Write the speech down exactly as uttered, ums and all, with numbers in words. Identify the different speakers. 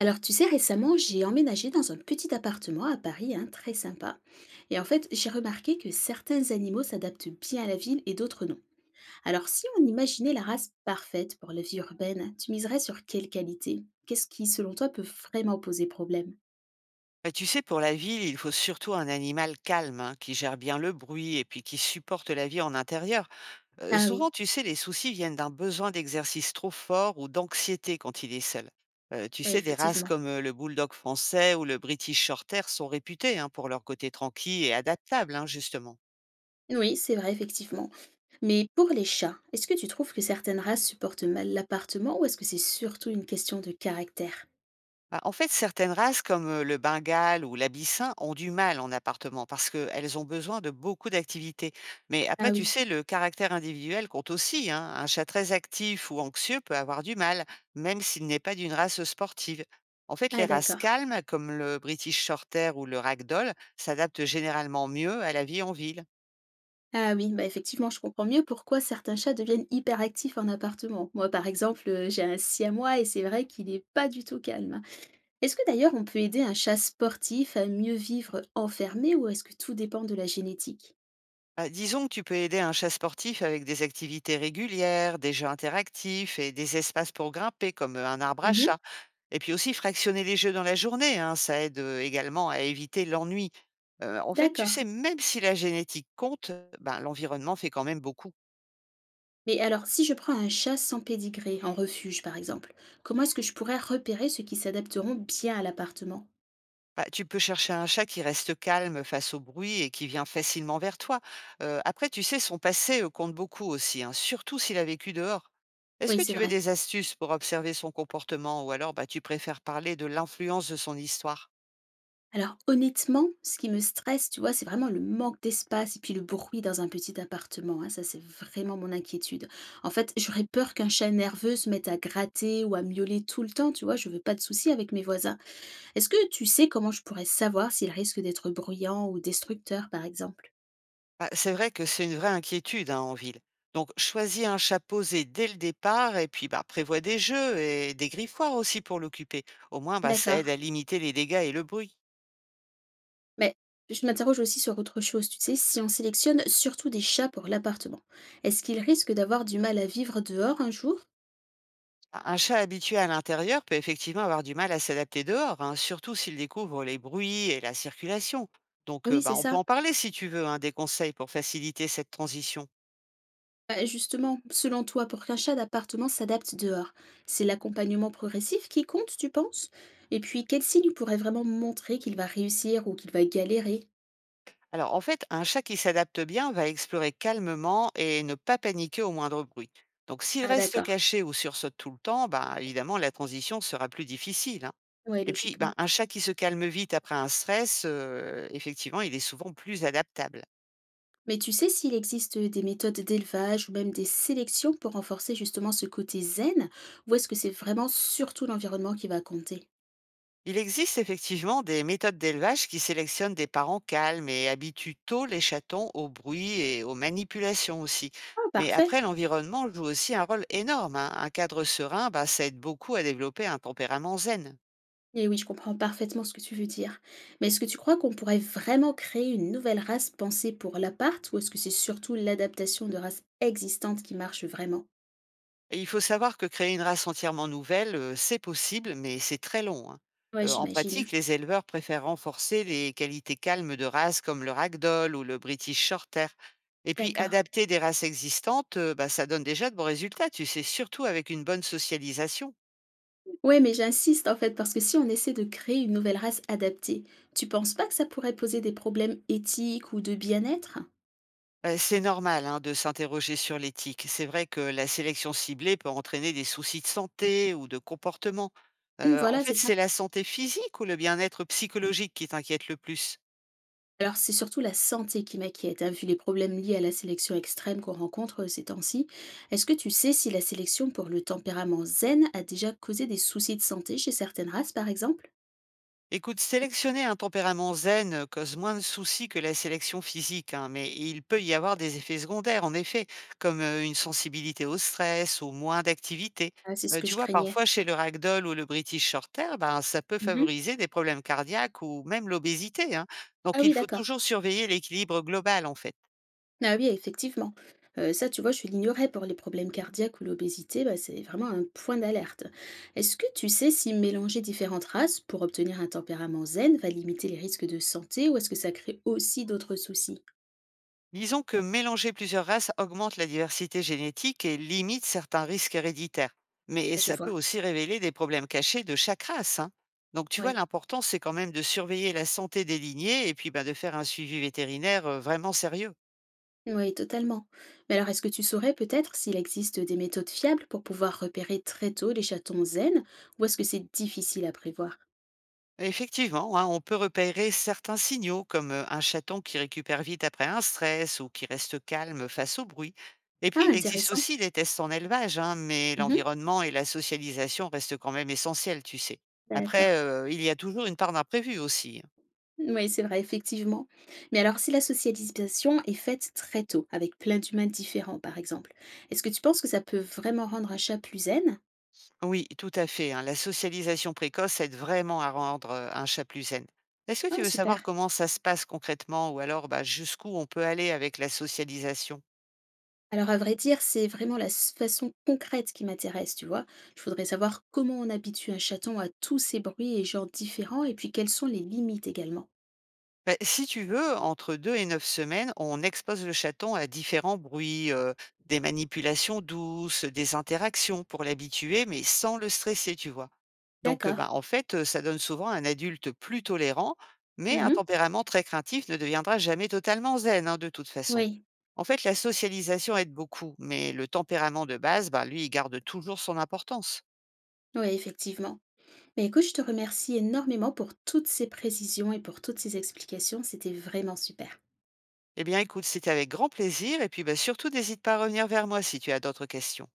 Speaker 1: Alors, tu sais, récemment, j'ai emménagé dans un petit appartement à Paris, hein, très sympa. Et en fait, j'ai remarqué que certains animaux s'adaptent bien à la ville et d'autres non. Alors, si on imaginait la race parfaite pour la vie urbaine, tu miserais sur quelle qualité? Qu'est-ce qui, selon toi, peut vraiment poser problème?
Speaker 2: Bah, tu sais, pour la ville, il faut surtout un animal calme, hein, qui gère bien le bruit et puis qui supporte la vie en intérieur. Euh,
Speaker 1: Ah
Speaker 2: souvent,
Speaker 1: oui,
Speaker 2: tu sais, les soucis viennent d'un besoin d'exercice trop fort ou d'anxiété quand il est seul. Euh, tu
Speaker 1: oui,
Speaker 2: sais, des races
Speaker 1: effectivement.
Speaker 2: comme euh, le bulldog français ou le british shorthair sont réputées, hein, pour leur côté tranquille et adaptable, hein, justement.
Speaker 1: Oui, c'est vrai, effectivement. Mais pour les chats, est-ce que tu trouves que certaines races supportent mal l'appartement ou est-ce que c'est surtout une question de caractère?
Speaker 2: Bah, en fait, certaines races comme euh, le bengale ou l'abyssin ont du mal en appartement parce qu'elles ont besoin de beaucoup d'activités. Mais après,
Speaker 1: Ah
Speaker 2: tu
Speaker 1: oui,
Speaker 2: sais, le caractère individuel compte aussi, hein. Un chat très actif ou anxieux peut avoir du mal, même s'il n'est pas d'une race sportive. En fait,
Speaker 1: ah
Speaker 2: les races
Speaker 1: d'accord.
Speaker 2: calmes, comme le British Shorter ou le Ragdoll, s'adaptent généralement mieux à la vie en ville.
Speaker 1: Ah oui, bah effectivement, je comprends mieux pourquoi certains chats deviennent hyperactifs en appartement. Moi, par exemple, euh, j'ai un siamois et c'est vrai qu'il n'est pas du tout calme. Est-ce que d'ailleurs on peut aider un chat sportif à mieux vivre enfermé ou est-ce que tout dépend de la génétique?
Speaker 2: Bah, disons que tu peux aider un chat sportif avec des activités régulières, des jeux interactifs et des espaces pour grimper, comme euh, un arbre à
Speaker 1: Mhm.
Speaker 2: chat. Et puis aussi fractionner les jeux dans la journée, hein, ça aide, heu, également à éviter l'ennui. Heu, en fait, tu
Speaker 1: D'accord.
Speaker 2: sais, même si la génétique compte, ben, l'environnement fait quand même beaucoup.
Speaker 1: Mais alors, si je prends un chat sans pédigré, en refuge par exemple, comment est-ce que je pourrais repérer ceux qui s'adapteront bien à l'appartement?
Speaker 2: Bah, tu peux chercher un chat qui reste calme face au bruit et qui vient facilement vers toi. Heu, après, tu sais, son passé, heu, compte beaucoup aussi, hein, surtout s'il a vécu dehors. Est-ce
Speaker 1: Oui,
Speaker 2: que
Speaker 1: c'est
Speaker 2: tu veux
Speaker 1: vrai.
Speaker 2: des astuces pour observer son comportement ou alors, bah, tu préfères parler de l'influence de son histoire?
Speaker 1: Alors honnêtement, ce qui me stresse, tu vois, c'est vraiment le manque d'espace et puis le bruit dans un petit appartement, hein, ça c'est vraiment mon inquiétude. En fait, j'aurais peur qu'un chat nerveux se mette à gratter ou à miauler tout le temps, tu vois, je veux pas de soucis avec mes voisins. Est-ce que tu sais comment je pourrais savoir s'il risque d'être bruyant ou destructeur, par exemple?
Speaker 2: Bah, c'est vrai que c'est une vraie inquiétude, hein, en ville. Donc, choisis un chat posé dès le départ et puis bah, prévois des jeux et des griffoirs aussi pour l'occuper. Au moins, bah, ça aide
Speaker 1: D'accord,
Speaker 2: à limiter les dégâts et le bruit.
Speaker 1: mais je m'interroge aussi sur autre chose, tu sais, si on sélectionne surtout des chats pour l'appartement, est-ce qu'ils risquent d'avoir du mal à vivre dehors un jour?
Speaker 2: Un chat habitué à l'intérieur peut effectivement avoir du mal à s'adapter dehors, hein, surtout s'il découvre les bruits et la circulation.
Speaker 1: Eh
Speaker 2: Donc, euh,
Speaker 1: oui, c'est
Speaker 2: bah, on peut
Speaker 1: ça.
Speaker 2: en parler si tu veux, hein, des conseils pour faciliter cette transition.
Speaker 1: Bah, justement, selon toi, pour qu'un chat d'appartement s'adapte dehors, c'est l'accompagnement progressif qui compte, tu penses? Et puis, quel signe pourrait vraiment montrer qu'il va réussir ou qu'il va galérer?
Speaker 2: Alors en fait, un chat qui s'adapte bien va explorer calmement et ne pas paniquer au moindre bruit. Donc s'il
Speaker 1: Ah,
Speaker 2: reste
Speaker 1: d'accord.
Speaker 2: caché ou sursaute tout le temps, ben, évidemment, la transition sera plus difficile, hein.
Speaker 1: Ouais,
Speaker 2: Et puis, ben,
Speaker 1: logiquement.
Speaker 2: un chat qui se calme vite après un stress, euh, effectivement, il est souvent plus adaptable.
Speaker 1: Mais tu sais s'il existe des méthodes d'élevage ou même des sélections pour renforcer justement ce côté zen, ou est-ce que c'est vraiment surtout l'environnement qui va compter?
Speaker 2: Il existe effectivement des méthodes d'élevage qui sélectionnent des parents calmes et habituent tôt les chatons au bruit et aux manipulations aussi.
Speaker 1: Ah,
Speaker 2: Mais
Speaker 1: parfait.
Speaker 2: après, l'environnement joue aussi un rôle énorme, hein. Un cadre serein, bah, ça aide beaucoup à développer un tempérament zen.
Speaker 1: Et oui, je comprends parfaitement ce que tu veux dire. Mais est-ce que tu crois qu'on pourrait vraiment créer une nouvelle race pensée pour l'appart ou est-ce que c'est surtout l'adaptation de races existantes qui marche vraiment?
Speaker 2: Et il faut savoir que créer une race entièrement nouvelle, heu, c'est possible, mais c'est très long, hein.
Speaker 1: Ouais,
Speaker 2: Heu, en
Speaker 1: j'imagine.
Speaker 2: pratique, les éleveurs préfèrent renforcer les qualités calmes de races comme le ragdoll ou le British shorthair. Et puis
Speaker 1: D'accord.
Speaker 2: adapter des races existantes, heu, bah, ça donne déjà de bons résultats, tu sais, surtout avec une bonne socialisation.
Speaker 1: Ouais, mais j'insiste en fait parce que si on essaie de créer une nouvelle race adaptée, tu penses pas que ça pourrait poser des problèmes éthiques ou de bien-être?
Speaker 2: Heu, c'est normal, hein, de s'interroger sur l'éthique. C'est vrai que la sélection ciblée peut entraîner des soucis de santé ou de comportement.
Speaker 1: Hum,
Speaker 2: Heu, en
Speaker 1: voilà, c'est
Speaker 2: fait,
Speaker 1: ça.
Speaker 2: c'est la santé physique ou le bien-être psychologique qui t'inquiète le plus?
Speaker 1: Alors, c'est surtout la santé qui m'inquiète, hein, vu les problèmes liés à la sélection extrême qu'on rencontre euh, ces temps-ci. Est-ce que tu sais si la sélection pour le tempérament zen a déjà causé des soucis de santé chez certaines races, par exemple?
Speaker 2: Écoute, sélectionner un tempérament zen euh, cause moins de soucis que la sélection physique, hein, mais il peut y avoir des effets secondaires, en effet, comme euh, une sensibilité au stress ou moins d'activité.
Speaker 1: Ah, c'est ce
Speaker 2: Euh,
Speaker 1: que
Speaker 2: tu
Speaker 1: je
Speaker 2: vois,
Speaker 1: craignais.
Speaker 2: parfois chez le ragdoll ou le British Shorthair, ben, ça peut
Speaker 1: Mhm.
Speaker 2: favoriser des problèmes cardiaques ou même l'obésité, hein.
Speaker 1: Ah
Speaker 2: Donc,
Speaker 1: oui,
Speaker 2: il faut
Speaker 1: d'accord.
Speaker 2: toujours surveiller l'équilibre global, en fait.
Speaker 1: Ah oui, effectivement. Euh, ça, tu vois, je l'ignorais pour les problèmes cardiaques ou l'obésité, bah, c'est vraiment un point d'alerte. Est-ce que tu sais si mélanger différentes races pour obtenir un tempérament zen va limiter les risques de santé ou est-ce que ça crée aussi d'autres soucis?
Speaker 2: Disons que mélanger plusieurs races augmente la diversité génétique et limite certains risques héréditaires. Mais
Speaker 1: Ah, je
Speaker 2: ça peut
Speaker 1: vois.
Speaker 2: aussi révéler des problèmes cachés de chaque race, hein. Donc tu vois,
Speaker 1: Oui.
Speaker 2: l'important, c'est quand même de surveiller la santé des lignées et puis ben, de faire un suivi vétérinaire euh, vraiment sérieux.
Speaker 1: Oui, totalement. Mais alors, est-ce que tu saurais peut-être s'il existe des méthodes fiables pour pouvoir repérer très tôt les chatons zen, ou est-ce que c'est difficile à prévoir?
Speaker 2: Effectivement, hein, on peut repérer certains signaux comme euh, un chaton qui récupère vite après un stress ou qui reste calme face au bruit. Et
Speaker 1: Ah,
Speaker 2: puis, il existe
Speaker 1: intéressant.
Speaker 2: aussi des tests en élevage, hein, mais
Speaker 1: Mhm.
Speaker 2: l'environnement et la socialisation restent quand même essentiels, tu sais. Après,
Speaker 1: D'accord.
Speaker 2: euh, il y a toujours une part d'imprévu aussi.
Speaker 1: Oui, c'est vrai, effectivement. Mais alors, si la socialisation est faite très tôt, avec plein d'humains différents, par exemple, est-ce que tu penses que ça peut vraiment rendre un chat plus zen?
Speaker 2: Oui, tout à fait, hein, la socialisation précoce aide vraiment à rendre euh, un chat plus zen. Est-ce que
Speaker 1: Ah,
Speaker 2: tu veux savoir
Speaker 1: super.
Speaker 2: comment ça se passe concrètement ou alors bah, jusqu'où on peut aller avec la socialisation?
Speaker 1: Alors, à vrai dire, c'est vraiment la s- façon concrète qui m'intéresse, tu vois. Je voudrais savoir comment on habitue un chaton à tous ces bruits et genres différents, et puis quelles sont les limites également.
Speaker 2: Beh, si tu veux, entre deux et neuf semaines, on expose le chaton à différents bruits, heu, des manipulations douces, des interactions pour l'habituer, mais sans le stresser, tu vois? Donc, heu,
Speaker 1: D'accord.
Speaker 2: bah, en fait, heu, ça donne souvent un adulte plus tolérant, mais un
Speaker 1: Mhm.
Speaker 2: tempérament très craintif ne deviendra jamais totalement zen, hein, de toute façon.
Speaker 1: Oui,
Speaker 2: En fait, la socialisation aide beaucoup, mais le tempérament de base, bah, lui, il garde toujours son importance.
Speaker 1: oui, effectivement. Mais écoute, je te remercie énormément pour toutes ces précisions et pour toutes ces explications. C'était vraiment super.
Speaker 2: Eh bien, écoute, c'était avec grand plaisir et puis, bah, surtout n'hésite pas à revenir vers moi si tu as d'autres questions.